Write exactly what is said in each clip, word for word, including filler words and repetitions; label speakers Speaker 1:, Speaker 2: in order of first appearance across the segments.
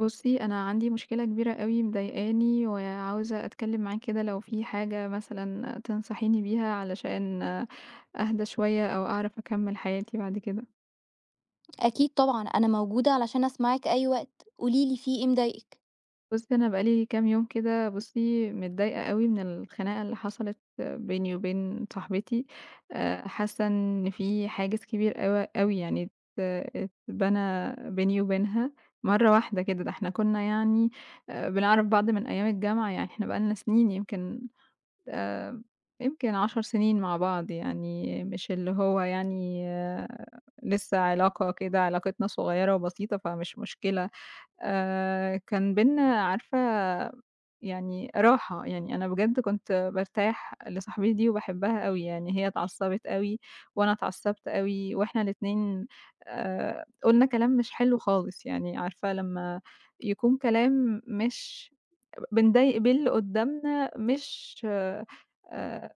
Speaker 1: بُصّي، أنا عندي مشكلة كبيرة أوي مضايقاني، وعاوزة أتكلّم معاك كده لو في حاجة مثلًا تنصحيني بيها علشان أهدى شوية أو أعرف أكمّل حياتي بعد كده.
Speaker 2: أكيد طبعًا، أنا موجودة علشان أسمعِك أي وقت، قولي لي في إيه مضايقِك.
Speaker 1: بُصّي، أنا بقى لي كام يوم كده بُصّي متضايقة أوي من الخناقة اللي حصلت بيني وبين صاحبتي، آآ حاسة إن في حاجز كبير أوي أوي يعني ات اتبنى بيني وبينها مرّة واحدة كده، ده إحنا كُنّا يعني آآ بنعرف بعض من أيام الجامعة، يعني إحنا بقى لنا سنين يمكن آآ يمكن عشر سنين مع بعض، يعني مش اللي هو يعني آه، لسه علاقة كده علاقتنا صغيرة وبسيطة، فمش مشكلة. آآ كان بيننا عارفة يعني راحة، يعني أنا بجد كنت بارتاح لصاحبتي دي وباحبها أوي. يعني هي اتعصبت أوي وأنا اتعصبت أوي وإحنا الاتنين آآ قُلنا كلام مش حلو خالص، يعني عارفة لمّا يكون كلام مش بنضايق بيه اللي قدّامنا مش آآ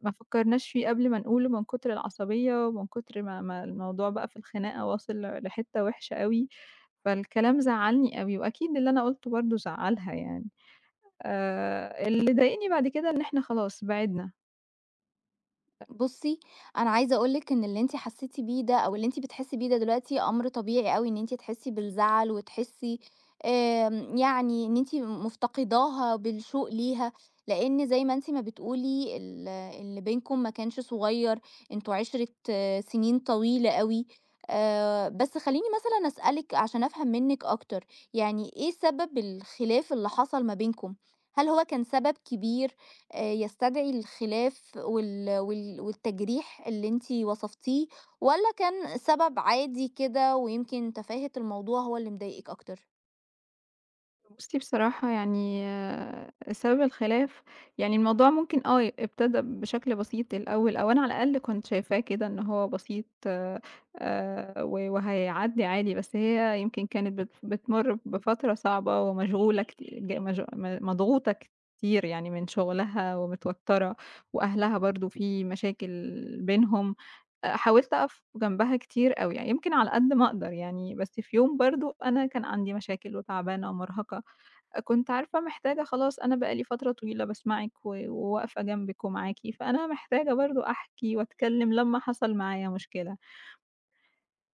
Speaker 1: ما فكرناش فيه قبل ما نقوله من كتر العصبية ومن كتر ما ما الموضوع بقى في الخناقة واصل لحتّة وحشة أوي. فالكلام زعّلني أوي، وأكيد اللي أنا قُلته برضه زعّلها يعني. آآ اللي ضايقني بعد كده إن إحنا خلاص بعدنا.
Speaker 2: بُصّي، أنا عايزة أقول لِك إن اللي أنتِ حسّيتِ بيه ده أو اللي أنتِ بتحسّي بيه ده دلوقتي أمر طبيعي أوي إن أنتِ تحسّي بالزعل وتحسّي آمم يعني إن أنتِ مفتقداها بالشوق ليها، لإن زي ما أنتِ ما بتقولي ال اللي بينكم ما كانش صغيّر، أنتم عِشرة آه، سنين طويلة أوي. آآ بس خلّيني مثلًا أسألِك عشان أفهم منِّك أكتر، يعني إيه سبب الخلاف اللي حصل ما بينكم؟ هل هو كان سبب كبير؟ آآ يستدعي الخلاف وال وال والتجريح اللي أنتِ وصفتيه، والّا كان سبب عادي كده ويمكن تفاهة الموضوع هو اللي مضايقِك أكتر؟
Speaker 1: بُصّي بصراحة يعني آه، سبب الخلاف يعني الموضوع ممكن آه، ي ابتدى بشكل بسيط الأول، أو أنا على الأقل كنت شايفاه كده إن هو بسيط آآ، و وهيعدّي عادي، بس هي يمكن كانت بت بتمُر بفترة صعبة ومشغولة كت ج مش م مضغوطة كتير يعني من شغلها ومتوترة، وأهلها برضه في مشاكل بينهم. أ حاولت أقف جنبها كتير أوي، يعني يمكن على قد ما أقدر يعني، بس في يوم برضه أنا كان عندي مشاكل وتعبانة ومرهقة. كنت عارفة محتاجة خلاص، أنا بقى لي فترة طويلة باسمعِك و وواقفة جنبِك ومعاكِ، فأنا محتاجة برضه أحكي وأتكلم لمّا حصل معايا مشكلة.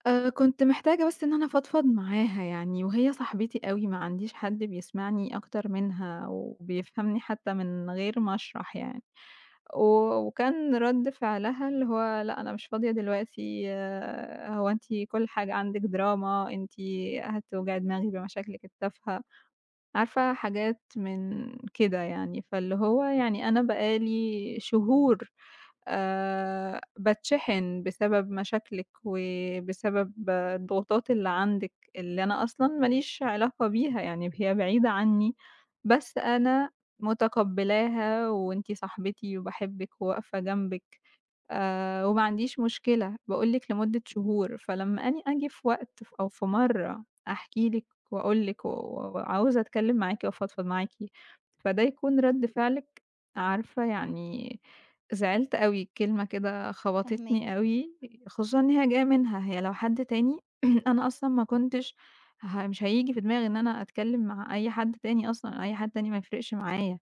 Speaker 1: آآ كنت محتاجة بس إن أنا أفضفض معاها يعني، وهي صاحبتي أوي ما عنديش حد بيسمعني أكتر منها وبيفهمني حتى من غير ما أشرح يعني. و وكان رَد فعلها اللي هو لأ أنا مش فاضية دلوقتي، آه، هو أنتِ كل حاجة عندِك دراما، أنتِ هتوجعي دماغي بمشاكلِك التافهة. عارفة حاجات من كده يعني، فاللي هو يعني أنا بقى لي شهور آآ باتشحن بسبب مشاكلِك، وبسبب الضغوطات اللي عندِك، اللي أنا أصلًا ما ليش علاقة بيها، يعني هي بعيدة عني، بس أنا متقبلاها وأنتِ صاحبتي وباحبِك وواقفة جنبِك. آآ وما عنديش مشكلة، باقول لِك لمدة شهور، فلمّا أني آجي في وقت ف أو في مرّة أحكي لِك وأقول لِك و وعاوزة أتكلّم معاكِ وأفضفض معاكِ، فده يكون رَد فعلِك. عارفة يعني زعلت أوي، الكلمة كده
Speaker 2: فاهماكِ.
Speaker 1: خبطتني أوي، خصوصًا إن هي جاية منها، هي لو حد تاني أنا أصلًا ما كنتش ه مش هييجي في دماغي إن أنا أتكلّم مع أي حد تاني أصلًا، أي حد تاني ما يفرقش معايا.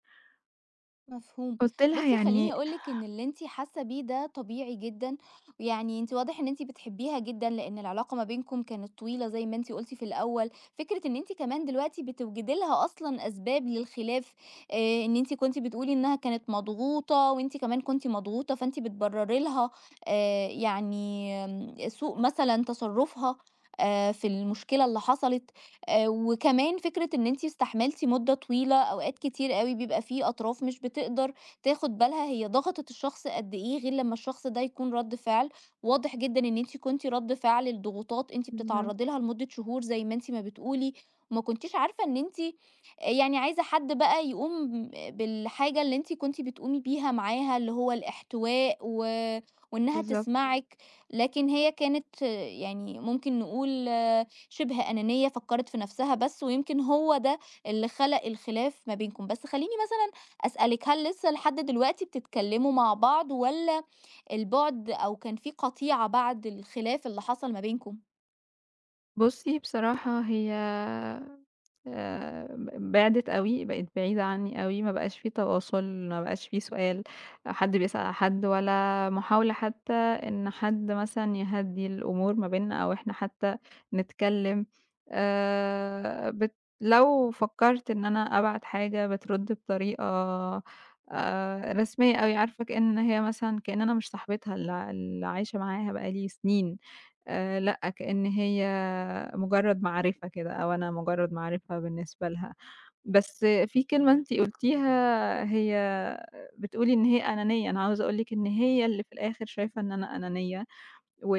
Speaker 2: مفهوم.
Speaker 1: قُلت لها
Speaker 2: بُصّي، خلّيني
Speaker 1: يعني
Speaker 2: أقول لِك إن اللي أنتِ حاسة بيه ده طبيعي جدًا، يعني أنتِ واضح إن أنتِ بتحبيها جدًا، لإن العلاقة ما بينكم كانت طويلة زي ما أنتِ قُلتِ في الأول. فكرة إن أنتِ كمان دلوقتي بتوجدي لها أصلًا أسباب للخلاف، آآ إن أنتِ كنتِ بتقولي إنها كانت مضغوطة وأنتِ كمان كنتِ مضغوطة، فأنتِ بتبرري لها آآ يعني آمم، سوء مثلًا تصرُّفها آآ في المشكلة اللي حصلت. آآ وكمان فكرة إن أنتِ استحملتِ مدة طويلة، أوقات كتير أوي بيبقى في أطراف مش بتقدر تاخد بالها هي ضغطت الشخص قد إيه غير لمّا الشخص ده يكون رَد فعل، واضح جدًا إن أنتِ كنتِ رَد فعل لضغوطات أنتِ
Speaker 1: بالضبط،
Speaker 2: بتتعرّضي لها لمدة شهور زي ما أنتِ ما بتقولي، وما كنتيش عارفة إن أنتِ يعني عايزة حد بقى يقوم بالحاجة اللي أنتِ كنتِ بتقومي بيها معاها، اللي هو الاحتواء و وإنها
Speaker 1: بالضبط.
Speaker 2: تسمعِك، لكن هي كانت آه، يعني ممكن نقول شبه أنانية فكرت في نفسها بس، ويمكن هو ده اللي خلق الخلاف ما بينكم. بس خلّيني مثلًا أسألِك، هل لسه لحد دلوقتي بتتكلموا مع بعض والّا البُعد أو كان في قطيعة بعد الخلاف اللي حصل ما بينكم؟
Speaker 1: بُصّي بصراحة هي آآ ب بِعدِت أوي، بقِت بعيدة عنّي أوي، ما بقاش في تواصل، ما بقاش في سؤال، حد بيسأل على حد، ولا محاولة حتى إن حد مثلًا يهدّي الأمور ما بيننا أو إحنا حتى نتكلّم آآ بت لو فكّرت إن أنا أبعت حاجة بترُد بطريقة آآ رسمية أوي، عارفة كإن هي مثلًا، كإن أنا مش صاحبتها اللي ع اللي عايشة معاها بقى لي سنين. آآ لأ، كأن هي مجرد معرفة كده، أو أنا مجرد معرفة بالنسبة لها. بس في كلمة أنتِ قُلتيها، هي بتقولي إن هي أنانية، أنا عاوزة أقول لِك إن هي اللي في الآخر شايفة إن أنا أنانية. و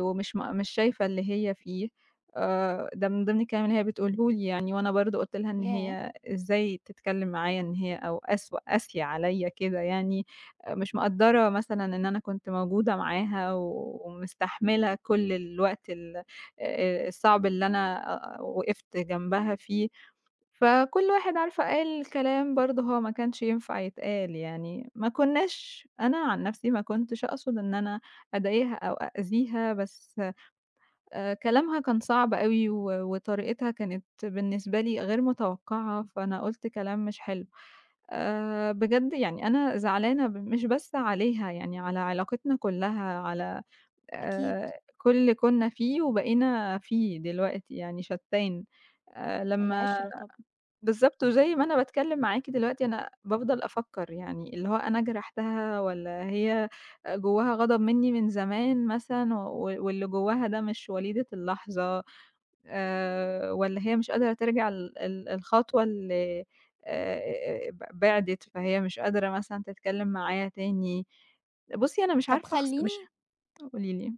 Speaker 1: ومش م مش شايفة اللي هي فيه. آآ ده من ضمن الكلام اللي هي بتقوله لي يعني، وأنا برضه قُلت لها إن
Speaker 2: ياه!
Speaker 1: هي إزاي تتكلم معايا، إن هي أو قسوة قاسية عليّا كده يعني، آه، مش مقدّرة مثلًا إن أنا كنت موجودة معاها ومستحملة كل الوقت ال آآ الصعب اللي أنا آه، وقفت جنبها فيه. فكل واحد عارفة قال كلام برضه هو ما كانش ينفع يتقال، يعني ما كناش أنا عن نفسي، ما كنتش أقصد إن أنا أضايقها أو أأذيها، بس آآ كلامها كان صعب أوي و وطريقتها كانت بالنسبة لي غير متوقعة، فأنا قُلت كلام مش حلو. آآ بجد يعني أنا زعلانة ب مش بس عليها، يعني على علاقتنا كلّها، على
Speaker 2: أكيد،
Speaker 1: آآ كل اللي كنا فيه وبقينا فيه دلوقتي، يعني شتّان. آآ لمّا
Speaker 2: العِشرة طبعًا.
Speaker 1: بالضبط، وزي ما أنا باتكلّم معاكِ دلوقتي أنا بافضل أفكّر، يعني اللي هو أنا جرحتها والّا هي جوّاها غضب منّي من زمان مثلًا، و واللي جوّاها ده مش وليدة اللحظة، آآ والّا هي مش قادرة ترجع ال ال الخطوة اللي آآ ب بِعدِت، فهي مش قادرة مثلًا تتكلّم معايا تاني. بُصّي، أنا مش
Speaker 2: طب
Speaker 1: عارفة أخس مش
Speaker 2: خلّيني
Speaker 1: قولي لي،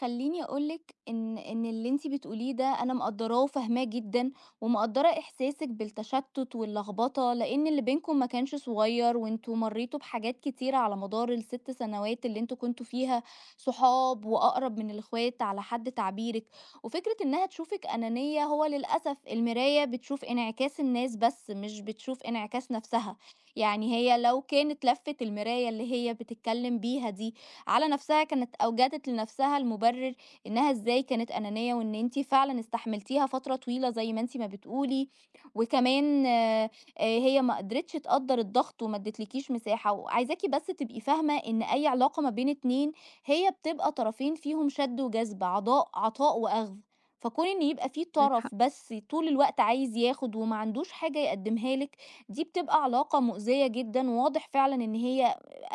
Speaker 2: خلّيني أقول لِك إن إن اللي أنتِ بتقوليه ده أنا مقدّراه وفاهماه جدًا، ومقدّرة إحساسِك بالتشتُّت واللخبطة، لإن اللي بينكم ما كانش صغير، وأنتم مرّيتوا بحاجات كتيرة على مدار الستة سنوات اللي أنتم كنتم فيها صحاب وأقرب من الإخوات على حد تعبيرِك. وفكرة إنها تشوفِك أنانية هو للأسف المراية بتشوف انعكاس الناس بس، مش بتشوف انعكاس نَفْسها، يعني هي لو كانت لَفِّة المراية اللي هي بتتكلّم بيها دي على نفسها كانت أوجدت لنفسها المبرر إنها إزاي كانت أنانية وإن أنتِ فعلًا استحملتيها فترة طويلة زي ما أنتِ ما بتقولي. وكمان آآ هي ما قدرتش تقدّر الضغط وما ادتلكيش مساحة، وعايزاكِ بس تبقي فاهمة إن أي علاقة ما بين اتنين هي بتبقى طرفين فيهم شَد وجذب، عضاء عطاء وأخذ. فكون إن يبقى في
Speaker 1: عندِك حق.
Speaker 2: طرف بس طول الوقت عايز ياخد وما عندوش حاجة يقدّمها لِك، دي بتبقى علاقة مؤذية جدًا، وواضح فعلًا إن هي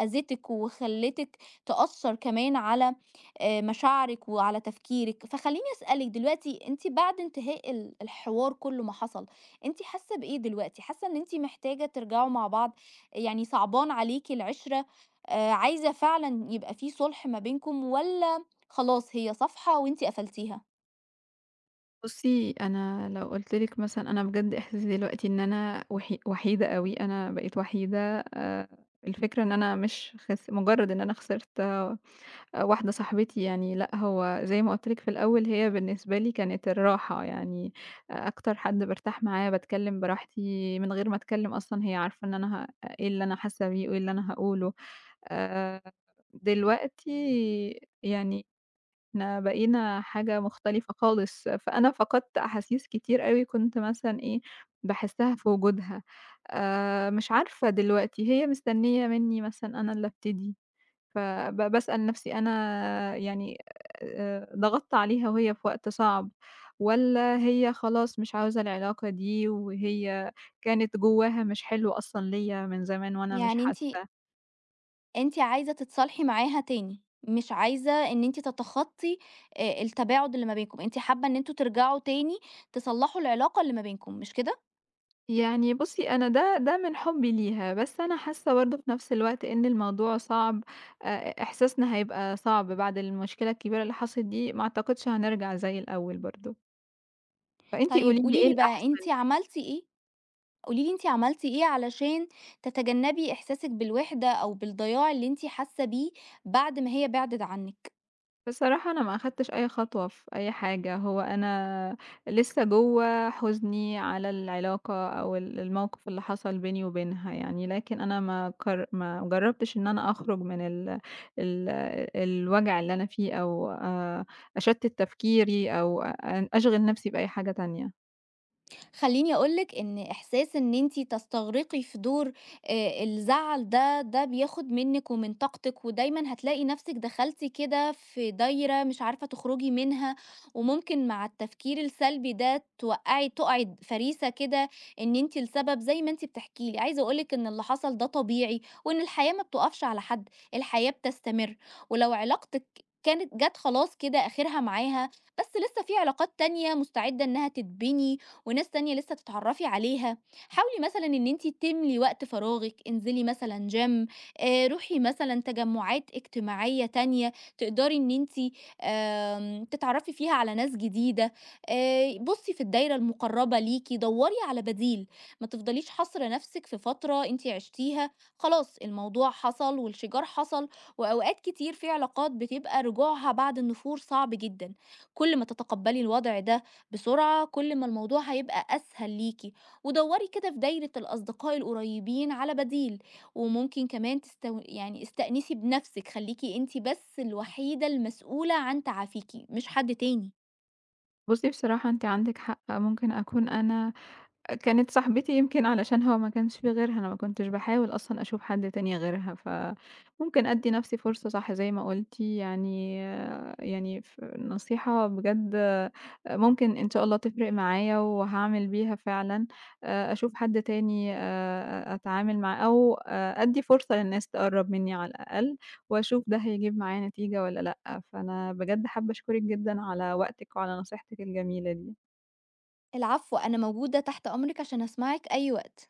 Speaker 2: أذتِك وخلّتِك تأثّر كمان على آآ مشاعرِك وعلى تفكيرِك. فخلّيني أسألِك دلوقتي أنتِ بعد انتهاء ال الحوار كُلّه ما حصل، أنتِ حاسة بإيه دلوقتي؟ حاسة إن أنتِ محتاجة ترجعوا مع بعض، يعني صعبان عليكِ العِشرة، آآ عايزة فعلًا يبقى في صُلح ما بينكم والّا خلاص هي صفحة وأنتِ قفلتيها؟
Speaker 1: بُصّي، أنا لو قُلت لِك مثلًا أنا بجد إحساسي دلوقتي إن أنا وحي وحيدة أوي، أنا بقيت وحيدة آآ، الفكرة إن أنا مش خس مجرد إن أنا خسرت آه، واحدة صاحبتي يعني، لأ هو زي ما قُلت لِك في الأول، هي بالنسبة لي كانت الراحة، يعني آه، أكتر حد بارتاح معاه، باتكلم براحتي من غير ما أتكلم أصلًا هي عارفة إن أنا ه إيه اللي أنا حاسة بيه وإيه اللي أنا هاقوله. آآ، دلوقتي يعني إحنا بقينا حاجة مختلفة خالص، فأنا فقدت أحاسيس كتير أوي كنت مثلًا إيه، باحسّها في وجودها. آآ مش عارفة دلوقتي هي مستنية منّي مثلًا أنا اللي أبتدي، فب باسأل نَفْسي أنا يعني آآ ضغطت عليها وهي في وقت صعب، والّا هي خلاص مش عاوزة العلاقة دي، وهي كانت جواها مش حلوة أصلًا ليّا من زمان وأنا مش
Speaker 2: يعني أنتِ
Speaker 1: حاسّة.
Speaker 2: أنتِ عايزة تتصالحي معاها تاني، مش عايزة إن أنتِ تتخطّي آآ التباعد اللي ما بينكم، أنتِ حابة إن أنتم ترجعوا تاني تصلّحوا العلاقة اللي ما بينكم، مش كده؟
Speaker 1: يعني بُصّي، أنا ده ده من حُبّي ليها، بس أنا حاسّة برضه في نَفْس الوقت إن الموضوع صعب، آآ إحساسنا هيبقى صعب بعد المشكلة الكبيرة اللي حصلِت دي، ما أعتقدش هنرجع زي الأول برضه، فأنتِ
Speaker 2: طيب
Speaker 1: قولي لي
Speaker 2: قولي
Speaker 1: إيه
Speaker 2: لي بقى أنتِ
Speaker 1: الأحسن؟
Speaker 2: عملتِ إيه؟ قولي لي أنتِ عملتِ إيه علشان تتجنبي إحساسِك بالوحدة أو بالضياع اللي أنتِ حاسة بيه بعد ما هي بعدِت عنِّك؟
Speaker 1: بصراحة أنا ما أخدتش أي خطوة في أي حاجة، هو أنا لسه جوّه حزني على العلاقة أو ال الموقف اللي حصل بيني وبينها يعني، لكن أنا ما قر ما جرّبتش إن أنا أخرج من ال ال الوجع اللي أنا فيه، أو آآ أشتِّت تفكيري، أو أ أشغِل نفسي بأي حاجة تانية.
Speaker 2: خلّيني أقول لِك إن إحساس إن أنتِ تستغرقي في دور آآ الزعل ده، ده بياخد منِّك ومن طاقتِك، ودايمًا هتلاقي نفسِك دخلتِ كده في دايرة مش عارفة تخرجي منها، وممكن مع التفكير السلبي ده توقعي تُقعي فريسة كده إن أنتِ السبب زي ما أنتِ بتحكي لي. عايزة أقول لِك إن اللي حصل ده طبيعي، وإن الحياة ما بتقفش على حد، الحياة بتستمر، ولو علاقتِك كانت جات خلاص كده آخرها معاها، بس لسه في علاقات تانية مستعدة إنها تتبني وناس تانية لسه تتعرفي عليها. حاولي مثلا ان انت تملي وقت فراغك، انزلي مثلا جيم، آه، روحي مثلا تجمعات اجتماعية تانية تقدري ان انت تتعرفي فيها على ناس جديدة. آه، بصي في الدايرة المقربة ليكي دوري على بديل، ما تفضليش حاصرة نفسك في فترة انت عشتيها. خلاص الموضوع حصل والشجار حصل، وأوقات كتير في علاقات بتبقى رجوعها بعد النفور صعب جدا. كل ما تتقبلي الوضع ده بسرعة كل ما الموضوع هيبقى أسهل ليكي، ودوري كده في دايرة الأصدقاء القريبين على بديل. وممكن كمان تستو... يعني استأنسي بنفسك، خليكي انتي بس الوحيدة المسؤولة عن تعافيكي، مش حد تاني.
Speaker 1: بُصّي بصراحة أنتِ عندِك حق، ممكن أكون أنا أ كانت صاحبتي يمكن علشان هو ما كانش في غيرها، أنا ما كنتش باحاول أصلًا أشوف حد تاني غيرها، فممكن أدّي نَفْسي فرصة صح زي ما قُلتِ، يعني يعني ف نصيحة بجد ممكن إن شاء الله تفرق معايا وهاعمل بيها فعلًا. آآ أشوف حد تاني، آآ أتعامل معاه، أو آآ أدّي فرصة للناس تقرّب منّي على الأقل وأشوف ده هيجيب معايا نتيجة والّا لأ. فأنا بجد حابّة أشكرِك جدًا على وقتِك وعلى نصيحتِك الجميلة دي.
Speaker 2: العفو، أنا موجودة تحت أمرك عشان أسمعك أي وقت.